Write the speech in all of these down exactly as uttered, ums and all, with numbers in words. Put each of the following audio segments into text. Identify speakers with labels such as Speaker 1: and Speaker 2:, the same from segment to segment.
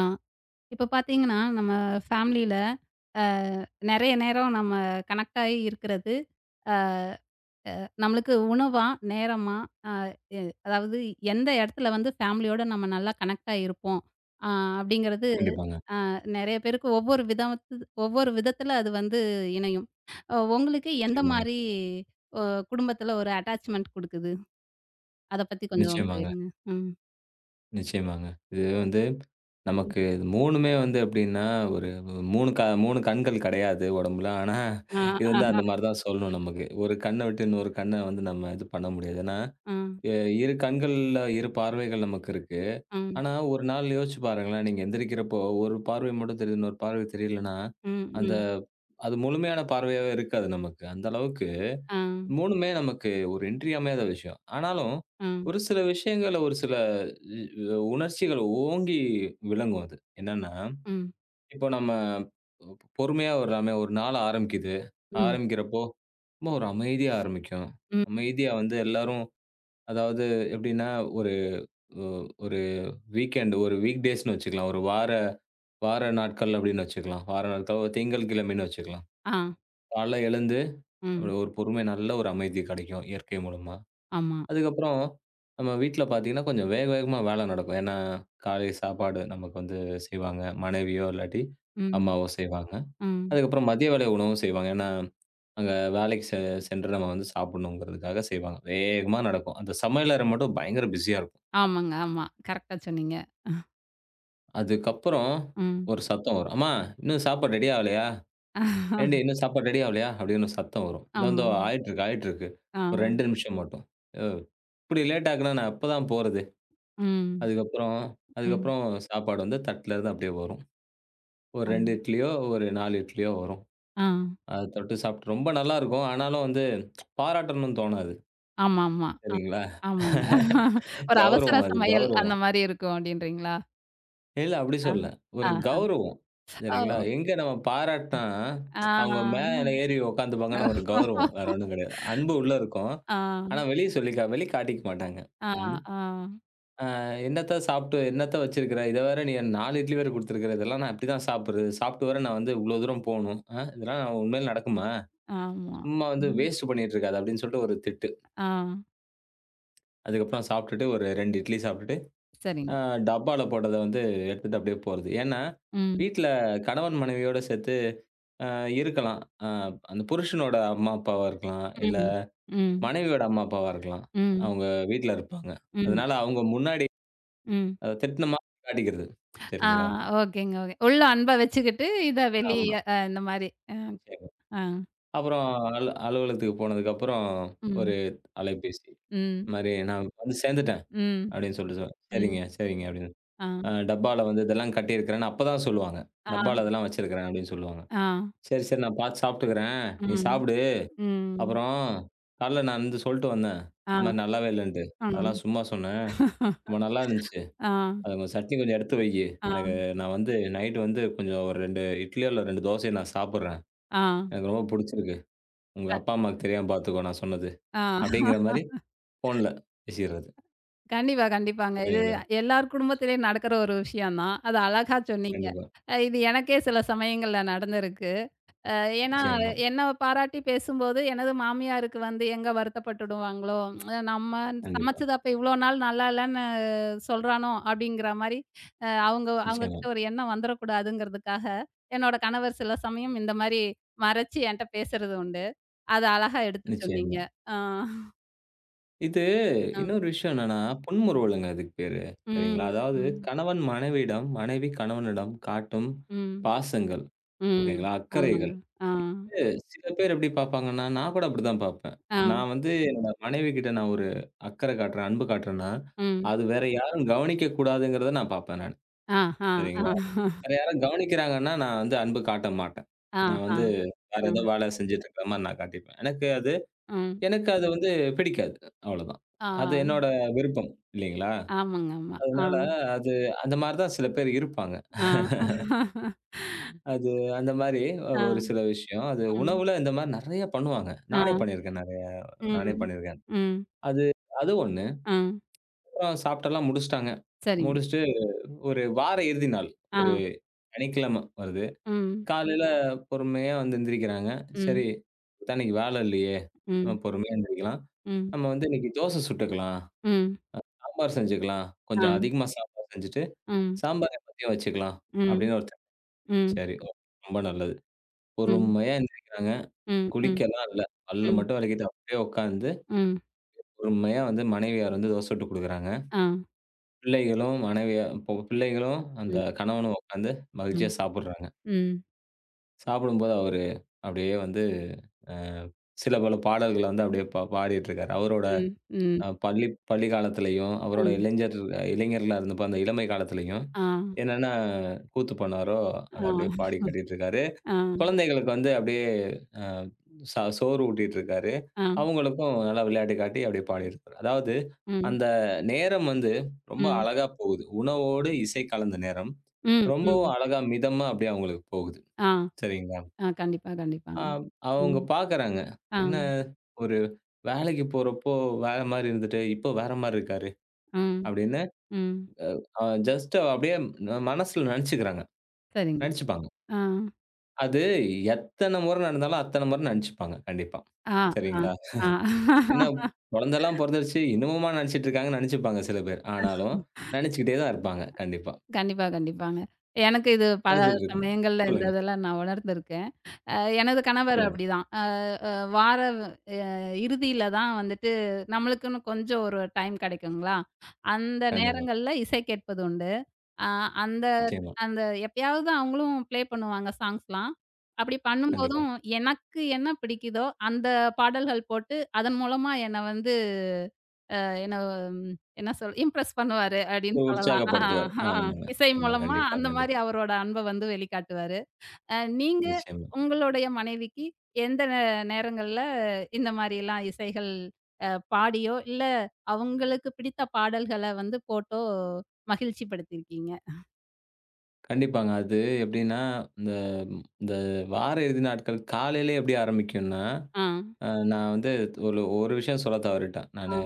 Speaker 1: ஆ. இப்ப பார்த்தீங்கன்னா, நம்ம ஃபேமிலியில அ நெறைய நேரம் நம்ம கனெக்ட் ஆயி இருக்கிறது, அ நம்மளுக்கு உணவா, நேரமா, அ எ அதாவது எந்த இடத்துல வந்து ஃபேமிலியோட நம்ம நல்லா கனெக்ட் ஆயிருப்போம், அ அப்படிங்கிறது
Speaker 2: கண்டிப்பாங்க.
Speaker 1: அ நெறைய பேருக்கு ஒவ்வொரு விதத்து ஒவ்வொரு விதத்தில அது வந்து இணையும். அ உங்களுக்கு எந்த
Speaker 2: நிச்சயமாங்க,
Speaker 1: மாரி ஒ குடும்பத்தில ஒரு அட்டாச்மென்ட் குடுக்குது? அத பத்தி கொஞ்சம்
Speaker 2: நிச்சயமாங்க,
Speaker 1: பகிருங்க. ம்,
Speaker 2: நிச்சயமாங்க. இது வந்து
Speaker 1: ம்.
Speaker 2: நமக்கு இது 3மே வந்து எப்டின்னா, ஒரு மூணு க மூணு கண்கள் கெடையாது உடம்புல. ஆனா,
Speaker 1: ஆ,
Speaker 2: இது வந்து
Speaker 1: ஆஹ.
Speaker 2: அந்த மாரி தான் சொல்லணும் நமக்கு. ஒரு கண்ண விட்டு இன்னொரு கண்ண வந்து நம்ம இது பண்ண முடியாது. ஏன்னா,
Speaker 1: ஆ,
Speaker 2: எ இரு கண்கள்ல இரு பார்வைகள் நமக்கு இருக்கு.
Speaker 1: ம்,
Speaker 2: ஆனா, ஒரு நாள் யோசிச்சு பாருங்களேன், நீங்க எந்திரிக்கிறப்போ ஒரு பார்வை மட்டும் தெரியுது, இன்னொரு பார்வை தெரியலன்னா,
Speaker 1: ம்,
Speaker 2: அந்த
Speaker 1: ம்.
Speaker 2: அது முழுமையான பார்வையாவே இருக்காது நமக்கு. அந்த அளவுக்கு
Speaker 1: ஆ,
Speaker 2: 3மே நமக்கு ஒரு இன்றியமையாத விஷயம். ஆனாலும்,
Speaker 1: ஆ,
Speaker 2: ஒரு சில விஷயங்கள்ல ஒரு சில இ உணர்ச்சிகள் ஓங்கி விளங்கும் அது. என்னன்னா,
Speaker 1: ம்.
Speaker 2: இப்போ நம்ம பொறுமையா ஒரு நம்ம ஒரு நாள் ஆரம்பிக்குது.
Speaker 1: ம்.
Speaker 2: ஆரம்பிக்கிறப்போ ரொம்ப ஒரு அமைதியா ஆரம்பிக்கும்.
Speaker 1: ம்.
Speaker 2: அமைதியா வந்து எல்லாரும் அதாவது எப்படின்னா, ஒரு ஒ- ஒரு வீக்கெண்ட் ஒரு வீக் டேஸ்ன்னு வச்சுக்கலாம். ஒரு வார வார நாட்கள் அப்படின்னு வச்சுக்கலாம். வார நாட்கள் ஒரு திங்கள் கிழமைன்னு வச்சுக்கலாம்.
Speaker 1: ஆ.
Speaker 2: காலைல எழுந்து
Speaker 1: ம்.
Speaker 2: அப்படி ஒரு பொறுமை நல்ல ஒரு அமைதி கிடைக்கும் இயற்கை மூலமா.
Speaker 1: ஆமா.
Speaker 2: அதுக்கப்புறம் நம்ம வீட்ல பார்த்தீங்கன்னா, கொஞ்சம் வேக வேகமா வேலை நடக்கும். ஏன்னா, காலை சாப்பாடு நமக்கு வந்து செய்வாங்க. மனைவியோ இல்லாட்டி
Speaker 1: ம்.
Speaker 2: அம்மாவோ செய்வாங்க.
Speaker 1: ம்.
Speaker 2: அதுக்கப்புறம் மதிய வேலை உணவும் செய்வாங்க. ஏன்னா, அங்க வேலைக்கு செ சென்று நம்ம வந்து சாப்பிடணுங்கிறதுக்காக செய்வாங்க. வேகமா நடக்கும். அந்த சமையலறை மட்டும் பயங்கர பிஸியா இருக்கும்.
Speaker 1: ஆமாங்க. ஆமா. கரெக்ட்டா சொன்னீங்க.
Speaker 2: அதுக்கப்புறம்
Speaker 1: ம்.
Speaker 2: ஒரு சத்தம் வரும். "அம்மா இன்னும் சாப்பாடு ரெடி ஆகலையா? ஏன்டி இன்னும் சாப்பாடு ரெடி ஆகலையா?" அப்படின்னு ஒரு சத்தம் வரும். "இதோ இந்தோ
Speaker 1: ஆமாங்க.
Speaker 2: ஆயிட்டு இருக்கு, ஆயிட்டு இருக்கு.
Speaker 1: ஆ.
Speaker 2: ஒரு ரெண்டு நிமிஷம் மட்டும்." "யோவ் இப்படி லேட் ஆக்குனா நான் எப்பதான் போறது?"
Speaker 1: ம்.
Speaker 2: அதுக்கப்புறம்
Speaker 1: ம்.
Speaker 2: அதுக்கப்புறம் சாப்பாடு வந்து தட்டுல இருந்து அப்படியே வரும். ஒரு
Speaker 1: ஆ.
Speaker 2: ரெண்டு இட்லியோ, ஒரு நாலு இட்லியோ வரும்.
Speaker 1: ஆ.
Speaker 2: அத தொட்டு சாப்பிட்டு ரொம்ப நல்லாருக்கும். ஆனாலும் வந்து பாராட்டணும்னு தோணாது.
Speaker 1: ஆமாமா. ஆ.
Speaker 2: சரிங்களா?
Speaker 1: ஆமாங்க. ஒரு அவசர
Speaker 2: கௌரவம் அது
Speaker 1: சமையல் அந்த
Speaker 2: கௌரவம்.
Speaker 1: மாரி இருக்கும் அப்டின்றீங்களா?
Speaker 2: இல்ல அப்படி
Speaker 1: ஆ.
Speaker 2: சொல்லல. ஒரு
Speaker 1: ஆ.
Speaker 2: கௌரவம். சரிங்களா?
Speaker 1: ஓ!
Speaker 2: எங்க நம்ம பாராட்டுனா, அவங்க
Speaker 1: ஆ.
Speaker 2: மேல ஏறி உட்காந்துப்பாங்கன்னு ஒரு
Speaker 1: ஆ.
Speaker 2: கௌரவம். வேற ஒண்ணும் கிடையாது. அன்பு உள்ள இருக்கும்.
Speaker 1: ஆ.
Speaker 2: ஆனா வெளிய சொல்லிக்கா வெளி காட்டிக்க மாட்டாங்க.
Speaker 1: ஆ.
Speaker 2: ம். ஆ "என்னத்த சாப்பிட்டு என்னத்த வச்சிருக்கிற? இத வேற நீ நாலு இட்லி வேற குடுத்துருக்கிற. இதெல்லாம் நான் எப்படிதான் சாப்பிடுறது? சாப்பிட்டு வேற நான் வந்து இவ்ளோ தூரம் போணும். ஆ இதெல்லாம் நான் உண்மையில நடக்குமா?
Speaker 1: ஆமா.
Speaker 2: சும்மா வந்து
Speaker 1: ம்.
Speaker 2: வேஸ்ட் பண்ணிட்டு இருக்காத" அப்படின்னு சொல்லிட்டு ஒரு திட்டு.
Speaker 1: ஆ.
Speaker 2: அதுக்கப்புறம் சாப்பிட்டுட்டு ஒரு ரெண்டு இட்லி சாப்பிட்டுட்டு, அ
Speaker 1: சரிங்க.
Speaker 2: டப்பால போட்டத வந்து எடுத்துட்டு அப்படியே போறது. ஏன்னா,
Speaker 1: ம்.
Speaker 2: வீட்ல கணவன், மனைவியோட சேர்த்து அ இருக்கலாம். அ அந்த புருஷனோட அம்மா, அப்பாவா இருக்கலாம். இல்ல
Speaker 1: ம். ம்.
Speaker 2: மனைவியோட அம்மா, அப்பாவா இருக்கலாம்.
Speaker 1: ம்.
Speaker 2: அவங்க வீட்ல இருப்பாங்க.
Speaker 1: ம்.
Speaker 2: அதனால அவங்க முன்னாடி
Speaker 1: ம்.
Speaker 2: அத திட்டுன மாதிரி காட்டிக்கிறது.
Speaker 1: ஆ
Speaker 2: சரிங்களா?
Speaker 1: ஓகேங்க, ஓகே. உள்ள அன்ப வச்சுக்கிட்டு, இத
Speaker 2: ஆமா.
Speaker 1: வெளிய அ இந்த மாரி. அ,
Speaker 2: நிச்சயமா.
Speaker 1: ஆ.
Speaker 2: அப்புறம் அலு அலுவலகத்துக்கு போனதுக்கப்புறம்
Speaker 1: ம்,
Speaker 2: ஒரு அலைபேசி. இந்த
Speaker 1: ம்,
Speaker 2: மாரி நான் வந்து சேர்ந்துட்டேன்
Speaker 1: ம்,
Speaker 2: அப்படின்னு சொல்லிட்டு சொ
Speaker 1: ம்.
Speaker 2: சரிங்க, சரிங்க அப்படின்னு.
Speaker 1: ஆ,
Speaker 2: அ டப்பால வந்து இதெல்லாம் கட்டியிருக்கிறேன்னு அப்பதான் சொல்லுவாங்க. டப்பால
Speaker 1: ஆ,
Speaker 2: இதெல்லாம் வச்சிருக்கிறேன் அப்படின்னு சொல்லுவாங்க.
Speaker 1: ஆ.
Speaker 2: சரி, சரி நான் பார்த்து சாப்பிட்டுக்கிறேன். நீ
Speaker 1: ம்,
Speaker 2: சாப்பிடு.
Speaker 1: ம்.
Speaker 2: அப்புறம் காலைல நான் வந்து சொல்லிட்டு வந்தேன்.
Speaker 1: ஆ,
Speaker 2: இந்த மாரி நல்லாவே இல்லன்ட்டு. அதெல்லாம்
Speaker 1: ம்.
Speaker 2: சும்மா சொன்னேன். ரொம்ப நல்லா இருந்துச்சு.
Speaker 1: ஆ, ஆ,
Speaker 2: அது கொஞ்சம் சட்னி கொஞ்சம் எடுத்து வையு. எனக்கு நான் வந்து நைட் வந்து கொஞ்சம் ஒரு ரெண்டு இட்லியோ இல்ல ரெண்டு தோசையோ நான் சாப்பிடுறேன்.
Speaker 1: ஆ.
Speaker 2: எனக்கு ரொம்ப புடிச்சிருக்கு. உங்க
Speaker 1: அ,
Speaker 2: அப்பா அம்மாவுக்கு தெரியாம பார்த்துக்கோ நான் சொன்னது.
Speaker 1: ஆ.
Speaker 2: அப்படிங்கிற மாரி ஃபோன்ல பேசிர்றது.
Speaker 1: கண்டிப்பா, கண்டிப்பாங்க. இது
Speaker 2: சரிங்களா?
Speaker 1: எல்லார் குடும்பத்திலயும் நடக்கிற ஒரு விஷயம் தான். அது அழகா சொன்னீங்க.
Speaker 2: கண்டிப்பா.
Speaker 1: அ இது எனக்கே சில சமயங்கள்ல நடந்திருக்கு. ஏன்னா,
Speaker 2: நிச்சயமா,
Speaker 1: என்ன பாராட்டி பேசும்போது, எனது மாமியாருக்கு வந்து எங்க வருத்தப்பட்டுடுவாங்களோ! அஹ் நம்ம
Speaker 2: கண்டிப்பா.
Speaker 1: சமைச்சது அப்ப இவ்ளோ நாள் நல்லா இல்லன்னு சொல்றானோ! அப்பிடிங்கிற மாரி அ அவுங்க
Speaker 2: நிச்சயமா,
Speaker 1: அவுங்ககிட்ட ஒரு எண்ணம் வந்துறக்கூடாதுங்கிறதுக்காக, என்னோட கணவர் சில சமயம் இந்த மாரி மறைச்சு என்ட்ட பேசுறது உண்டு. அத அழகா எடுத்து சொன்னீங்க.
Speaker 2: நிச்சயமா.
Speaker 1: ஆ.
Speaker 2: இது
Speaker 1: ம்.
Speaker 2: இன்னொரு விஷயம் என்னன்னா, புன்முறுவலுங்க அதுக்கு பேரு. சரிங்களா?
Speaker 1: ம்.
Speaker 2: அதாவது
Speaker 1: ம்.
Speaker 2: கணவன் மனைவியிடம், மனைவி கணவனிடம் காட்டும்
Speaker 1: ம்.
Speaker 2: பாசங்கள்.
Speaker 1: ம்.
Speaker 2: ஓகேங்களா?
Speaker 1: ஆமாங்க.
Speaker 2: அக்கறைகள்.
Speaker 1: ஆ.
Speaker 2: சில பேர் எப்படி பார்ப்பாங்கன்னா, நான் கூட அப்படிதான் பார்ப்பேன்.
Speaker 1: ஆ.
Speaker 2: நான் வந்து என்னோட மனைவி கிட்ட நான் ஒரு அக்கறை காட்டுறேன், அன்பு காட்டுறேன்னா,
Speaker 1: ம்.
Speaker 2: அது வேற யாரும் கவனிக்க கூடாதுங்கிறத நான் பார்ப்பேன் நானு.
Speaker 1: ஆ, ஆ, ஆ,
Speaker 2: சரிங்களா? வேற யாரும் கவனிக்கிறாங்கன்னா, நான் வந்து அன்பு காட்ட மாட்டேன்.
Speaker 1: ஆ,
Speaker 2: நான்
Speaker 1: ஆ.
Speaker 2: வந்து வேற ஏதோ
Speaker 1: ம்.
Speaker 2: வேலை செஞ்சுட்டு இருக்கிற மாரி நான் காட்டிப்பேன். எனக்கு அது
Speaker 1: ம்.
Speaker 2: எனக்கு அது வந்து பிடிக்காது. அவ்வளதான்.
Speaker 1: ஆ.
Speaker 2: அது என்னோட விருப்பம் இல்லைங்களா?
Speaker 1: ஆமாங்க, ஆமா. ஆ,
Speaker 2: அதனால அது அந்த மாரி தான் சில பேர் இருப்பாங்க.
Speaker 1: ஆ,
Speaker 2: அது அந்த மாரி
Speaker 1: ஆ,
Speaker 2: ஒரு சில விஷயம். அது
Speaker 1: ம்,
Speaker 2: உணவுல இந்த மாரி நெறைய பண்ணுவாங்க. நானே
Speaker 1: ஆ,
Speaker 2: பண்ணியிருக்கேன் நெறைய. நானே
Speaker 1: ம்,
Speaker 2: பண்ணியிருக்கேன்.
Speaker 1: ம்,
Speaker 2: அது அது ஒண்ணு.
Speaker 1: ஆ,
Speaker 2: அப்புறம் சாப்ட்டெல்லாம் முடிச்சுட்டாங்க.
Speaker 1: சரிங்க.
Speaker 2: முடிச்சுட்டு ஒரு வார இறுதி நாள்.
Speaker 1: ஆ,
Speaker 2: ஒரு சனிக்கிழமை வருது.
Speaker 1: ம்,
Speaker 2: காலையில பொறுமையா வந்து எந்திரிக்கிறாங்க.
Speaker 1: ம்,
Speaker 2: சரி, இப்பதான் இன்னைக்கு வேலை இல்லையே. நம்ம
Speaker 1: ம்,
Speaker 2: பொறுமையா எந்திரிக்கலாம்.
Speaker 1: ம்,
Speaker 2: நம்ம வந்து இன்னைக்கு தோசை சுட்டுக்கலாம்.
Speaker 1: ம்,
Speaker 2: சாம்பார் செஞ்சுக்கலாம்.
Speaker 1: ஆ,
Speaker 2: கொஞ்சம் அதிகமா சாம்பார் செஞ்சுட்டு,
Speaker 1: ம்,
Speaker 2: சாம்பார் எல்லாத்தையும் வச்சுக்கலாம்.
Speaker 1: ம்,
Speaker 2: அப்படின்னு ஒரு திட்டம்.
Speaker 1: ம்,
Speaker 2: சரி, ஓகே. ரொம்ப நல்லது.
Speaker 1: ம்,
Speaker 2: பொறுமையா எந்திரிக்கிறாங்க.
Speaker 1: ம், ம்,
Speaker 2: குளிக்கலாம் இல்ல. பல்லு
Speaker 1: ம்,
Speaker 2: மட்டும் விளக்கிட்டு அப்படியே உட்காந்து,
Speaker 1: ம்,
Speaker 2: பொறுமையா வந்து மனைவியார் வந்து தோசை சுட்டு குடுக்குறாங்க.
Speaker 1: ஆ,
Speaker 2: பிள்ளைகளும் மனைவியா இப்போ பிள்ளைகளும் அந்த
Speaker 1: ம்,
Speaker 2: கணவனும் உட்காந்து மகிழ்ச்சியா
Speaker 1: ம்,
Speaker 2: சாப்பிடுறாங்க.
Speaker 1: ம்,
Speaker 2: சாப்பிடும்போது அவரு அப்படியே வந்து அ சில பல பாடல்கள வந்து அப்படியே பா பாடிட்டு இருக்காரு. அவரோட
Speaker 1: ம், ம்,
Speaker 2: அ பள்ளி பள்ளி காலத்திலயும், அவரோட
Speaker 1: ம்,
Speaker 2: இளைஞர் இளைஞர்களா இருந்தப்ப அந்த இளமை காலத்திலயும்
Speaker 1: ஆ,
Speaker 2: என்னன்னா, கூத்து பண்ணாரோ, அத அப்படியே
Speaker 1: ஆ,
Speaker 2: பாடி காட்டிட்டு இருக்காரு.
Speaker 1: ஆ,
Speaker 2: குழந்தைகளுக்கு வந்து அப்படியே அ ச சோறு ஊட்டிட்டு இருக்காரு.
Speaker 1: ஆ,
Speaker 2: அவங்களுக்கும் நல்லா விளையாட்டு காட்டி அப்படியே பாடியிருக்காரு. அதாவது
Speaker 1: ம்,
Speaker 2: அந்த நேரம் வந்து ரொம்ப
Speaker 1: ம்,
Speaker 2: அழகா போகுது. உணவோடு இசை கலந்த நேரம்.
Speaker 1: ம், ம்,
Speaker 2: ரொம்பவும் அழகா மிதமா அப்படியே அவங்களுக்கு போகுது.
Speaker 1: ஆ,
Speaker 2: சரிங்களா?
Speaker 1: ஆ, கண்டிப்பா, கண்டிப்பாங்க.
Speaker 2: அ அவங்க
Speaker 1: ம்,
Speaker 2: பார்க்குறாங்க.
Speaker 1: ஆ,
Speaker 2: என்ன ஒரு வேலைக்கு போறப்போ வேற மாரி இருந்துட்டு, இப்போ வேற மாரி இருக்காரு
Speaker 1: ம்,
Speaker 2: அப்படின்னு
Speaker 1: ம்,
Speaker 2: அ ஜஸ்ட் அப்படியே ம- மனசுல நெனச்சுக்கிறாங்க.
Speaker 1: சரிங்க.
Speaker 2: நெனச்சுப்பாங்க.
Speaker 1: ஆ.
Speaker 2: அது எத்தன முறை நடந்தாலும், அத்தன முறை நெனச்சுப்பாங்க. கண்டிப்பா.
Speaker 1: ஆ, ஆ,
Speaker 2: சரிங்களா?
Speaker 1: ஆ.
Speaker 2: என்ன குழந்தலாம் பொறந்துருச்சு, இன்னமுமா நெனச்சுட்டு இருக்காங்கன்னு நெனச்சுப்பாங்க சில பேர். ஆனாலும் நெனச்சுக்கிட்டே தான் இருப்பாங்க. கண்டிப்பா.
Speaker 1: கண்டிப்பா, கண்டிப்பாங்க. எனக்கு இது பல
Speaker 2: நெனச்சுட்டு இருக்காங்க.
Speaker 1: சமயங்கள்ல இந்த
Speaker 2: சொல்லுங்க,
Speaker 1: இதெல்லாம் நான் உணர்ந்திருக்கேன். அ எனது கணவர்
Speaker 2: சொல்லுங்க.
Speaker 1: அப்படிதான். அ வார அஹ் இறுதியில தான் வந்துட்டு நம்மளுக்குன்னு கொஞ்சம் ஒரு டைம் கிடைக்குங்களா, அந்த
Speaker 2: கண்டிப்பா.
Speaker 1: நேரங்கள்ல இசை கேட்பது உண்டு. அ அந்த
Speaker 2: நிச்சயமா.
Speaker 1: அந்த எப்பயாவது அவங்களும் ப்ளே பண்ணுவாங்க சாங்ஸ்லாம். அப்படி
Speaker 2: கண்டிப்பா.
Speaker 1: பண்ணும்போதும் எனக்கு என்ன பிடிக்குதோ, அந்த பாடல்கள் போட்டு அதன் மூலமா என்ன வந்து என்ன ம், என்ன சொல் இம்ப்ரெஸ் பண்ணுவாரு அப்படின்னு சொல்லலாம். ஆ, ஆ.
Speaker 2: உற்சாகப்படுத்துவாரு. ஆமாங்க.
Speaker 1: இசை
Speaker 2: ஆமா.
Speaker 1: மூலமா
Speaker 2: கண்டிப்பா,
Speaker 1: அந்த மாரி
Speaker 2: கண்டிப்பா.
Speaker 1: அவரோட அன்ப வந்து வெளிக்காட்டுவாரு. அ நீங்க
Speaker 2: நிச்சயமா.
Speaker 1: உங்களுடைய மனைவிக்கு எந்த நே நேரங்கள்ல இந்த மாரிலாம் இசைகள் அ பாடியோ, இல்ல அவங்களுக்கு பிடித்த பாடல்கள வந்து போட்டோ மகிழ்ச்சி படுத்தியிருக்கீங்க?
Speaker 2: கண்டிப்பாங்க. அது எப்டின்னா, இந்த இந்த வார இறுதி நாட்கள் காலையிலே எப்டி ஆரம்பிக்கும்னா
Speaker 1: ஆ,
Speaker 2: அ நான் வந்து ஒரு ஒரு விஷயம் சொல்ல தவறிட்டேன்.
Speaker 1: ஆ.
Speaker 2: நானு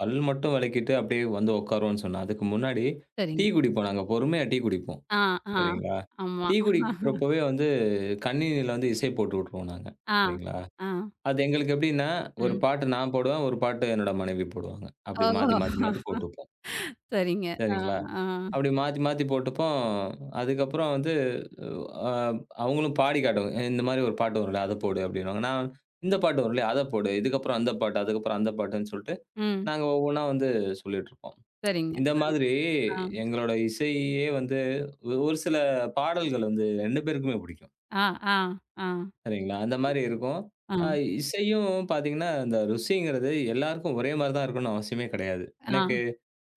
Speaker 2: பல் மட்டும் விளக்கிட்டு அப்படியே வந்து உட்காருவோன்னு சொன்னேன். அதுக்கு முன்னாடி டீ
Speaker 1: சரிங்க.
Speaker 2: குடிப்போம் நாங்க. பொறுமையா டீ குடிப்போம்.
Speaker 1: ஆ, ஆ.
Speaker 2: சரிங்களா?
Speaker 1: ஆமா.
Speaker 2: டீ குடிக்கிறப்பவே வந்து கணினியில வந்து இசை போட்டு விட்டுருவோம் நாங்க.
Speaker 1: ஆ,
Speaker 2: சரிங்களா?
Speaker 1: ஆ.
Speaker 2: அது எங்களுக்கு எப்படின்னா, ஒரு
Speaker 1: ம்.
Speaker 2: பாட்டு நான் போடுவேன், ஒரு பாட்டு என்னோட மனைவி போடுவாங்க. அப்படி மாத்தி மாத்தி
Speaker 1: ஓஹோ!
Speaker 2: மாத்தி போட்டுப்போம்.
Speaker 1: சரிங்க. ஆ,
Speaker 2: சரிங்களா?
Speaker 1: ஆ.
Speaker 2: அப்படி மாத்தி மாத்தி போட்டுப்போ, அதுக்கப்புறம் வந்து அ அவங்களும் பாடி காட்டுவாங்க. இந்த மாரி ஒரு பாட்டு வரும்ல, அத போடு அப்படின்னுவாங்க. நான் இந்த பாட்டு வரும்ல, அத போடு. இதுக்கப்புறம் அந்த பாட்டு, அதுக்கப்புறம் அந்த பாட்டுன்னு சொல்ட்டு,
Speaker 1: ம்.
Speaker 2: நாங்க ஒவ்வொன்னா வந்து சொல்லிட்டுருப்போம்.
Speaker 1: சரிங்க.
Speaker 2: இந்த மாதிரி
Speaker 1: ஆ,
Speaker 2: எங்களோட இசையே வந்து, ஒ ஒரு சில பாடல்கள் வந்து ரெண்டு பேருக்குமே பிடிக்கும்.
Speaker 1: ஆ, ஆ, ஆ,
Speaker 2: சரிங்களா? அந்த மாரி இருக்கும்.
Speaker 1: ஆ.
Speaker 2: அ இசையும் பார்த்தீங்கன்னா, அந்த ருசிங்கிறது எல்லாருக்கும் ஒரே மாரி தான் இருக்கணும்னு அவசியமே கெடையாது.
Speaker 1: ஆ,
Speaker 2: எனக்கு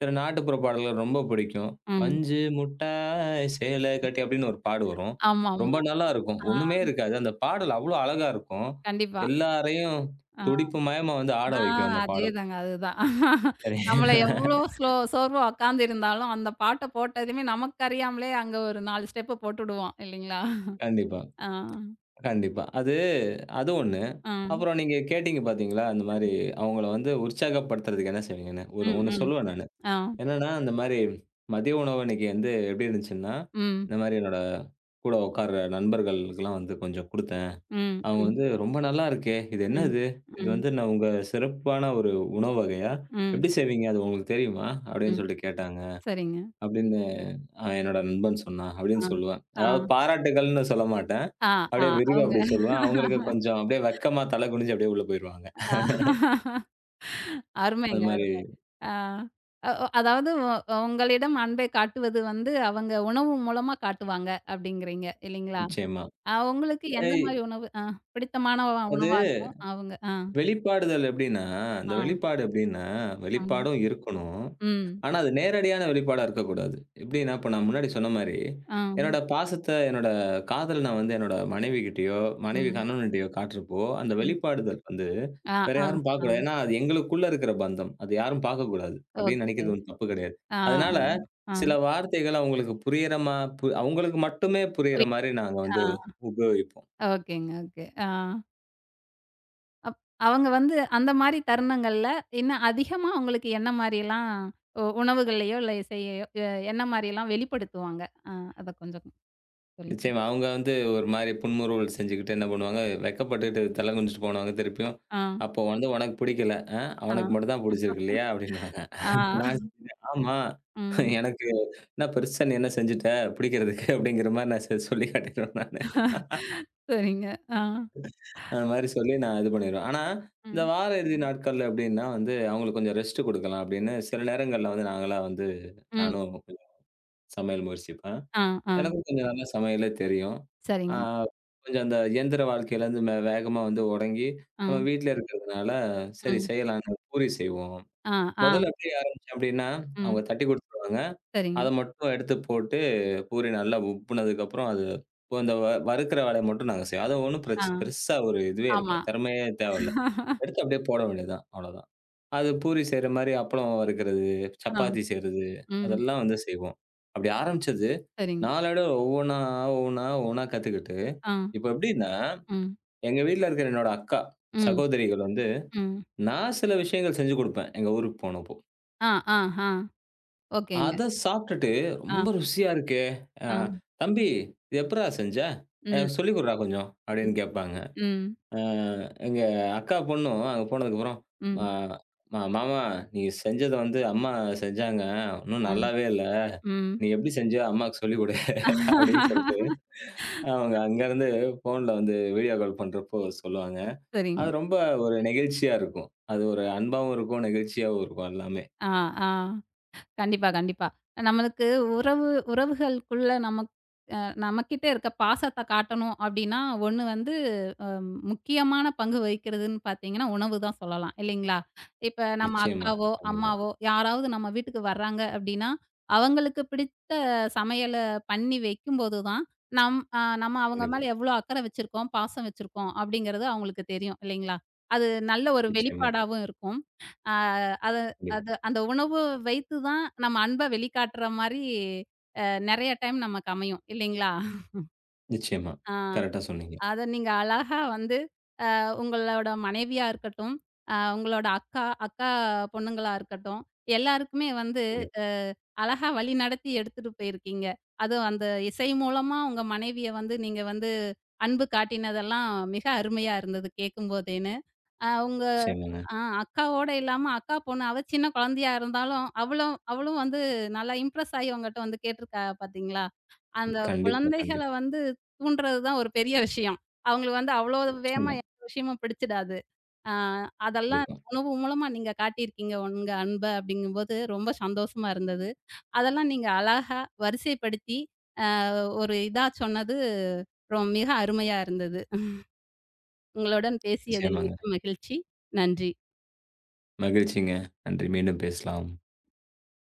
Speaker 2: சில நாட்டுப்புற பாடல்கள் ரொம்ப பிடிக்கும்.
Speaker 1: ம்.
Speaker 2: "பஞ்சு முட்டாய் சேலை கட்டி" அப்படின்னு ஒரு பாடு வரும். ரொம்ப
Speaker 1: ஆமாமா.
Speaker 2: நல்லா இருக்கும்.
Speaker 1: ஆ
Speaker 2: ஒண்ணுமே இருக்காது. அந்த பாடல் அவ்வளோ அழகா இருக்கும்.
Speaker 1: கண்டிப்பா.
Speaker 2: எல்லாரையும்
Speaker 1: ஆ
Speaker 2: துடிப்பு மயமா வந்து ஆட
Speaker 1: ஆ,
Speaker 2: வைக்கும் அந்த பாடல்.
Speaker 1: அதேதாங்க, அதுதான்.
Speaker 2: சரி.
Speaker 1: நம்மள எவ்ளோ ஸ்லோ சோர்வா உக்காந்திருந்தாலும், அந்த பாட்ட போட்டதுமே நமக்கு அறியாமலே அங்க ஒரு நாலு ஸ்டெப்பு போட்டுடுவோம் இல்லைங்களா?
Speaker 2: கண்டிப்பா,
Speaker 1: ஆ,
Speaker 2: கண்டிப்பா. அது அது ஒண்ணு.
Speaker 1: ஆ.
Speaker 2: அப்புறம் நீங்க கேட்டீங்க பார்த்தீங்களா? அந்த மாரி அவங்கள வந்து உற்சாகப்படுத்துறதுக்கு என்ன செய்வீங்கன்னு? ஒரு
Speaker 1: ம்,
Speaker 2: ஒண்ணு
Speaker 1: ம்.
Speaker 2: சொல்லுவேன் நானு.
Speaker 1: ஆ.
Speaker 2: என்னன்னா, இந்த மாரி மதிய உணவு இன்னைக்கு வந்து எப்படி இருந்துச்சுன்னா,
Speaker 1: ம்,
Speaker 2: இந்த மாரி என்னோட கூட உட்கார்ற நண்பர்களுக்கெல்லாம் வந்து கொஞ்சம் குடுத்தேன்.
Speaker 1: ம்,
Speaker 2: அவங்க
Speaker 1: ம்,
Speaker 2: வந்து, "ரொம்ப நல்லா இருக்கே! இது
Speaker 1: ம்,
Speaker 2: என்னது? இது
Speaker 1: ம்,
Speaker 2: வந்து ந உங்க சிறப்பான ஒரு உணவு வகையா?
Speaker 1: ம்,
Speaker 2: எப்படி செய்வீங்க? அது உங்களுக்கு தெரியுமா?" அப்படின்னு
Speaker 1: ம்.
Speaker 2: சொல்லிட்டு கேட்டாங்க.
Speaker 1: சரிங்க.
Speaker 2: அப்படின்னு "ஆ என்னோட நண்பன் சொன்னான்." அப்படின்னு
Speaker 1: ஆ,
Speaker 2: சொல்லுவேன்.
Speaker 1: ஆ,
Speaker 2: அதாவது பாராட்டுக்கள்ன்னு சொல்ல மாட்டேன்.
Speaker 1: ஆ, ஆ.
Speaker 2: அப்படியே விரிவா
Speaker 1: அவங்க
Speaker 2: அப்படி சொல்லுவேன். அவங்களுக்கு கொஞ்சம் அப்படியே வெட்கமா தலை குனிஞ்சு அப்படியே உள்ள போயிருவாங்க.
Speaker 1: ஆ,
Speaker 2: அது
Speaker 1: அருமைங்க.
Speaker 2: மாரி
Speaker 1: ஆ. அ ஒ அதாவது உ உங்களிடம் அன்பை காட்டுவது வந்து அவங்க உணவு மூலமா காட்டுவாங்க அப்படிங்கிறீங்க இல்லைங்களா?
Speaker 2: நிச்சயமா.
Speaker 1: அ உங்களுக்கு எந்த
Speaker 2: ஏய்
Speaker 1: மாரி உணவு அ பிடித்தமான உ-
Speaker 2: அது
Speaker 1: உணவா இருக்கும்? அவங்க ஆ,
Speaker 2: வெளிப்பாடுதல் எப்படின்னா,
Speaker 1: ஆ,
Speaker 2: அந்த வெளிப்பாடு எப்படின்னா,
Speaker 1: ஆ.
Speaker 2: வெளிப்பாடும் இருக்கணும்.
Speaker 1: ம்.
Speaker 2: ஆனா, அது நேரடியான வெளிப்பாடா இருக்கக்கூடாது. எப்படின்னா, இப்ப நான் முன்னாடி சொன்ன மாரி,
Speaker 1: ஆ.
Speaker 2: என்னோட பாசத்த, என்னோட காதல நான் வந்து என்னோட மனைவிகிட்டயோ, மனைவி
Speaker 1: ம்.
Speaker 2: கணவன்கிட்டயோ காட்டுறப்போ, அந்த
Speaker 1: ம்.
Speaker 2: வெளிப்பாடுதல் வந்து
Speaker 1: ஆ,
Speaker 2: வேற
Speaker 1: ஆ,
Speaker 2: யாரும்
Speaker 1: ஆ.
Speaker 2: பார்க்கக்கூடாது. ஏன்னா, அது எங்களுக்குள்ள இருக்கிற பந்தம். அது யாரும் பார்க்கக்கூடாது அப்படின்னு
Speaker 1: ஓகே.
Speaker 2: நினைக்கிறது ஒண்ணும் தப்பு கிடையாது.
Speaker 1: ஆ,
Speaker 2: அதனால,
Speaker 1: ஆ.
Speaker 2: சில வார்த்தைகள் அவங்களுக்கு புரியிற மா பு அவங்களுக்கு மட்டுமே புரியிற மாரி
Speaker 1: புரியுது.
Speaker 2: நாங்க வந்து
Speaker 1: ஆ.
Speaker 2: உபயோகிப்போம்.
Speaker 1: ஓகேங்க. ஓகே. ஆ. அப் அவங்க வந்து அந்த மாரி தருணங்கள்ல, இன்னும் அதிகமா அவங்களுக்கு என்ன மாரிலாம் உ உணவுகள்லயோ, இல்ல இசையையோ அ என்ன மாரிலாம் வெளிப்படுத்துவாங்க? அ அத கொஞ்சம் சொல்லுங்க.
Speaker 2: நிச்சயமா. அவங்க வந்து ஒரு மாரி புன்முறுவல் செஞ்சுகிட்டு என்ன பண்ணுவாங்க, வெட்கப்பட்டுட்டு தலை குனிஞ்சுட்டு போவாங்க திருப்பியும்.
Speaker 1: ஆ,
Speaker 2: அப்போ வந்து "உனக்கு பிடிக்கல. அ
Speaker 1: ஆ,
Speaker 2: அவனுக்கு மட்டும் தான் பிடிச்சிருக்கு இல்லையா?" அப்படின்னுவாங்க.
Speaker 1: ஆ.
Speaker 2: நான் சொல்லுவேன், "ஆமா.
Speaker 1: ம்.
Speaker 2: எனக்கு என்ன பெருசா நீ என்ன செஞ்சுட்ட பிடிக்கிறதுக்கு?" அப்படிங்கிற மாரி நான் செ சொல்லி காட்டிருவேன் நானு.
Speaker 1: சரிங்க. ஆ.
Speaker 2: அந்த மாரி சொல்லி நான் இது பண்ணிருவேன். ஆனா, இந்த
Speaker 1: ம்.
Speaker 2: வார இறுதி நாட்கள்ல எப்படின்னா வந்து, அவங்களுக்கு கொஞ்சம் ரெஸ்ட் குடுக்கலாம் அப்படின்னு சில நேரங்கள்ல வந்து நாங்கலாம் வந்து
Speaker 1: ம்.
Speaker 2: நானும் கொஞ்சம் சமையல் முயற்சிப்பேன்.
Speaker 1: ஆ, ஆ.
Speaker 2: எனக்கும் கொஞ்சம் நல்லா சமையலே தெரியும். ஆ
Speaker 1: சரிங்க.
Speaker 2: கொஞ்சம் அந்த இயந்திர வாழ்க்கையிலேருந்து மே வேகமா வந்து ஒடங்கி,
Speaker 1: ஆ,
Speaker 2: நம்ம வீட்ல இருக்கிறதுனால, சரி
Speaker 1: ம்.
Speaker 2: செய்யலான்னு பூரி செய்வோம்.
Speaker 1: ஆ, ஆ.
Speaker 2: மொதல்ல எப்படி ஆரம்பிச்சேன் அப்படின்னா,
Speaker 1: ம்.
Speaker 2: அவங்க தட்டி குடுத்துருவாங்க.
Speaker 1: சரிங்க.
Speaker 2: அத மட்டும் எடுத்து போட்டு, பூரி நல்லா உப்புனதுக்கப்புறம் அது இப்போ இந்த வ வறுக்கிற வேலைய மட்டும் நாங்க செய்வோம். அது ஒண்ணும்
Speaker 1: ஆ.
Speaker 2: பிரச் பெருசா ஒரு இதுவே இல்ல.
Speaker 1: ஆமா.
Speaker 2: திறமையே தேவையில்ல. எடுத்து அப்படியே போட வேண்டியது தான். அவ்வளோதான். அது பூரி செய்ற மாரி அப்பளம் வறுக்கிறது,
Speaker 1: ஆ.
Speaker 2: சப்பாத்தி செய்றது,
Speaker 1: ம்.
Speaker 2: அதெல்லாம் வந்து செய்வோம். அப்படி ஆரம்பிச்சது,
Speaker 1: சரிங்க.
Speaker 2: நாளடைவுல ஒவ்வொன்னா, ஒவ்வொன்னா, ஒவ்வொன்னா கத்துக்கிட்டு,
Speaker 1: ஆ.
Speaker 2: இப்ப எப்படின்னா,
Speaker 1: ம்.
Speaker 2: எங்க வீட்ல இருக்கிற என்னோட அக்கா,
Speaker 1: ம்.
Speaker 2: சகோதரிகள் வந்து,
Speaker 1: ம்.
Speaker 2: நான் சில விஷயங்கள் செஞ்சு குடுப்பேன், எங்க ஊருக்கு போனப்போ.
Speaker 1: ஆ, ஆ, ஆ. ஓகேங்க.
Speaker 2: அத சாப்ட்டுட்டு,
Speaker 1: ஆ,
Speaker 2: "ரொம்ப ருசியா இருக்கே! அ
Speaker 1: ஆ.
Speaker 2: தம்பி இது எப்புட்றா செஞ்ச?
Speaker 1: ம்,
Speaker 2: எனக்கு சொல்லிக் குடுறா கொஞ்சம்"
Speaker 1: ம்,
Speaker 2: அப்படின்னு கேட்பாங்க.
Speaker 1: ம்,
Speaker 2: அ எங்க அக்கா பொண்ணும் அங்க போனதுக்கப்புறம், "மா
Speaker 1: ம்,
Speaker 2: மா மாமா நீ செஞ்சத வந்து அம்மா செஞ்சாங்க. ஒண்ணும்
Speaker 1: ம்,
Speaker 2: நல்லாவே இல்ல.
Speaker 1: ம்.
Speaker 2: நீ எப்படி செஞ்சியோ அம்மாவுக்கு சொல்லிக் குடு" அப்படின்னு சொல்லிட்டு, அவங்க அங்கருந்து ஃபோன்ல வந்து வீடியோ கால் பண்றப்போ சொல்லுவாங்க.
Speaker 1: சரிங்க.
Speaker 2: அது ரொம்ப ஒரு நெகிழ்ச்சியா இருக்கும். அது ஒரு அன்பாவும் இருக்கும், நெகிழ்ச்சியாவும் இருக்கும் எல்லாமே.
Speaker 1: ஆ, ஆ. கண்டிப்பா, கண்டிப்பா. நம்மளுக்கு உறவு உறவுகளுக்குள்ள நமக் அ நம்மகிட்ட இருக்க பாசத்த காட்டணும் அப்டின்னா, ஒண்ணு வந்து அ முக்கியமான பங்கு வகிக்கிறதுன்னு பார்த்தீங்கன்னா, உணவு தான் சொல்லலாம் இல்லைங்களா? இப்ப நம்ம
Speaker 2: நிச்சயமா.
Speaker 1: அக்காவோ,
Speaker 2: கண்டிப்பா,
Speaker 1: அம்மாவோ யாராவது நம்ம வீட்டுக்கு வர்றாங்க அப்டின்னா, அவங்களுக்கு பிடித்த சமையல பண்ணி வைக்கும்போது தான், நம் அ நம்ம அவங்க
Speaker 2: கண்டிப்பா.
Speaker 1: மேல எவ்ளோ அக்கறை வச்சிருக்கோம், பாசம் வச்சிருக்கோம் அப்டிங்கிறது அவங்களுக்கு தெரியும் இல்லைங்களா? அது நல்ல ஒரு
Speaker 2: நிச்சயமா,
Speaker 1: வெளிப்பாடாவும் இருக்கும். அ அத
Speaker 2: கண்டிப்பா.
Speaker 1: அது அந்த உணவு வைத்து தான் நம்ம அன்ப வெளிக்காட்டுற மாரி அ நெறைய டைம் நமக்கு அமையும் இல்லைங்களா?
Speaker 2: நிச்சயமா.
Speaker 1: ஆ
Speaker 2: கரெக்ட்டா சொன்னீங்க.
Speaker 1: அத நீங்க அழகா வந்து அ உங்களோட மனைவியா இருக்கட்டும், அ உங்களோட அக்கா, அக்கா பொண்ணுங்களா இருக்கட்டும், எல்லாருக்குமே வந்து
Speaker 2: கண்டிப்பா.
Speaker 1: அ அழகா வழிநடத்தி எடுத்துட்டு போயிருக்கீங்க. அதுவும் அந்த இசை மூலமா உங்க மனைவிய வந்து நீங்க வந்து அன்பு காட்டினதெல்லாம் மிக அருமையா இருந்தது கேட்கும்போதே. அ உங்க
Speaker 2: நிச்சயமாங்க.
Speaker 1: ஆ அக்காவோட இல்லாம, அக்கா பொண்ணு அவ சின்ன குழந்தையா இருந்தாலும், அவளும் அவளும் வந்து நல்லா இம்ப்ரெஸ் ஆயி உங்கட்ட வந்து கேட்டுருக்கா பார்த்தீங்களா? அந்த
Speaker 2: கண்டிப்பா,
Speaker 1: குழந்தைகள
Speaker 2: கண்டிப்பா.
Speaker 1: வந்து தூண்டுறது தான் ஒரு பெரிய விஷயம். அவங்களுக்கு வந்து அவ்வளோ வேகமா
Speaker 2: நிச்சயமா,
Speaker 1: எந்த விஷயமும் பிடிச்சிடாது. ஆ அதெல்லாம்
Speaker 2: கண்டிப்பா.
Speaker 1: உணவு மூலமா நீங்க காட்டியிருக்கீங்க உங்க அன்ப அப்படிங்கும்போது ரொம்ப சந்தோஷமா இருந்தது. அதெல்லாம் நீங்க அழகா வரிசைப்படுத்தி, அ ஒரு இதா சொன்னது ரொ மிக அருமையா இருந்தது. உங்களுடன் பேசியதில்
Speaker 2: நிச்சயமாங்க.
Speaker 1: மிக்க மகிழ்ச்சி. நன்றி.
Speaker 2: மகிழ்ச்சிங்க. நன்றி. மீண்டும் பேசலாம்.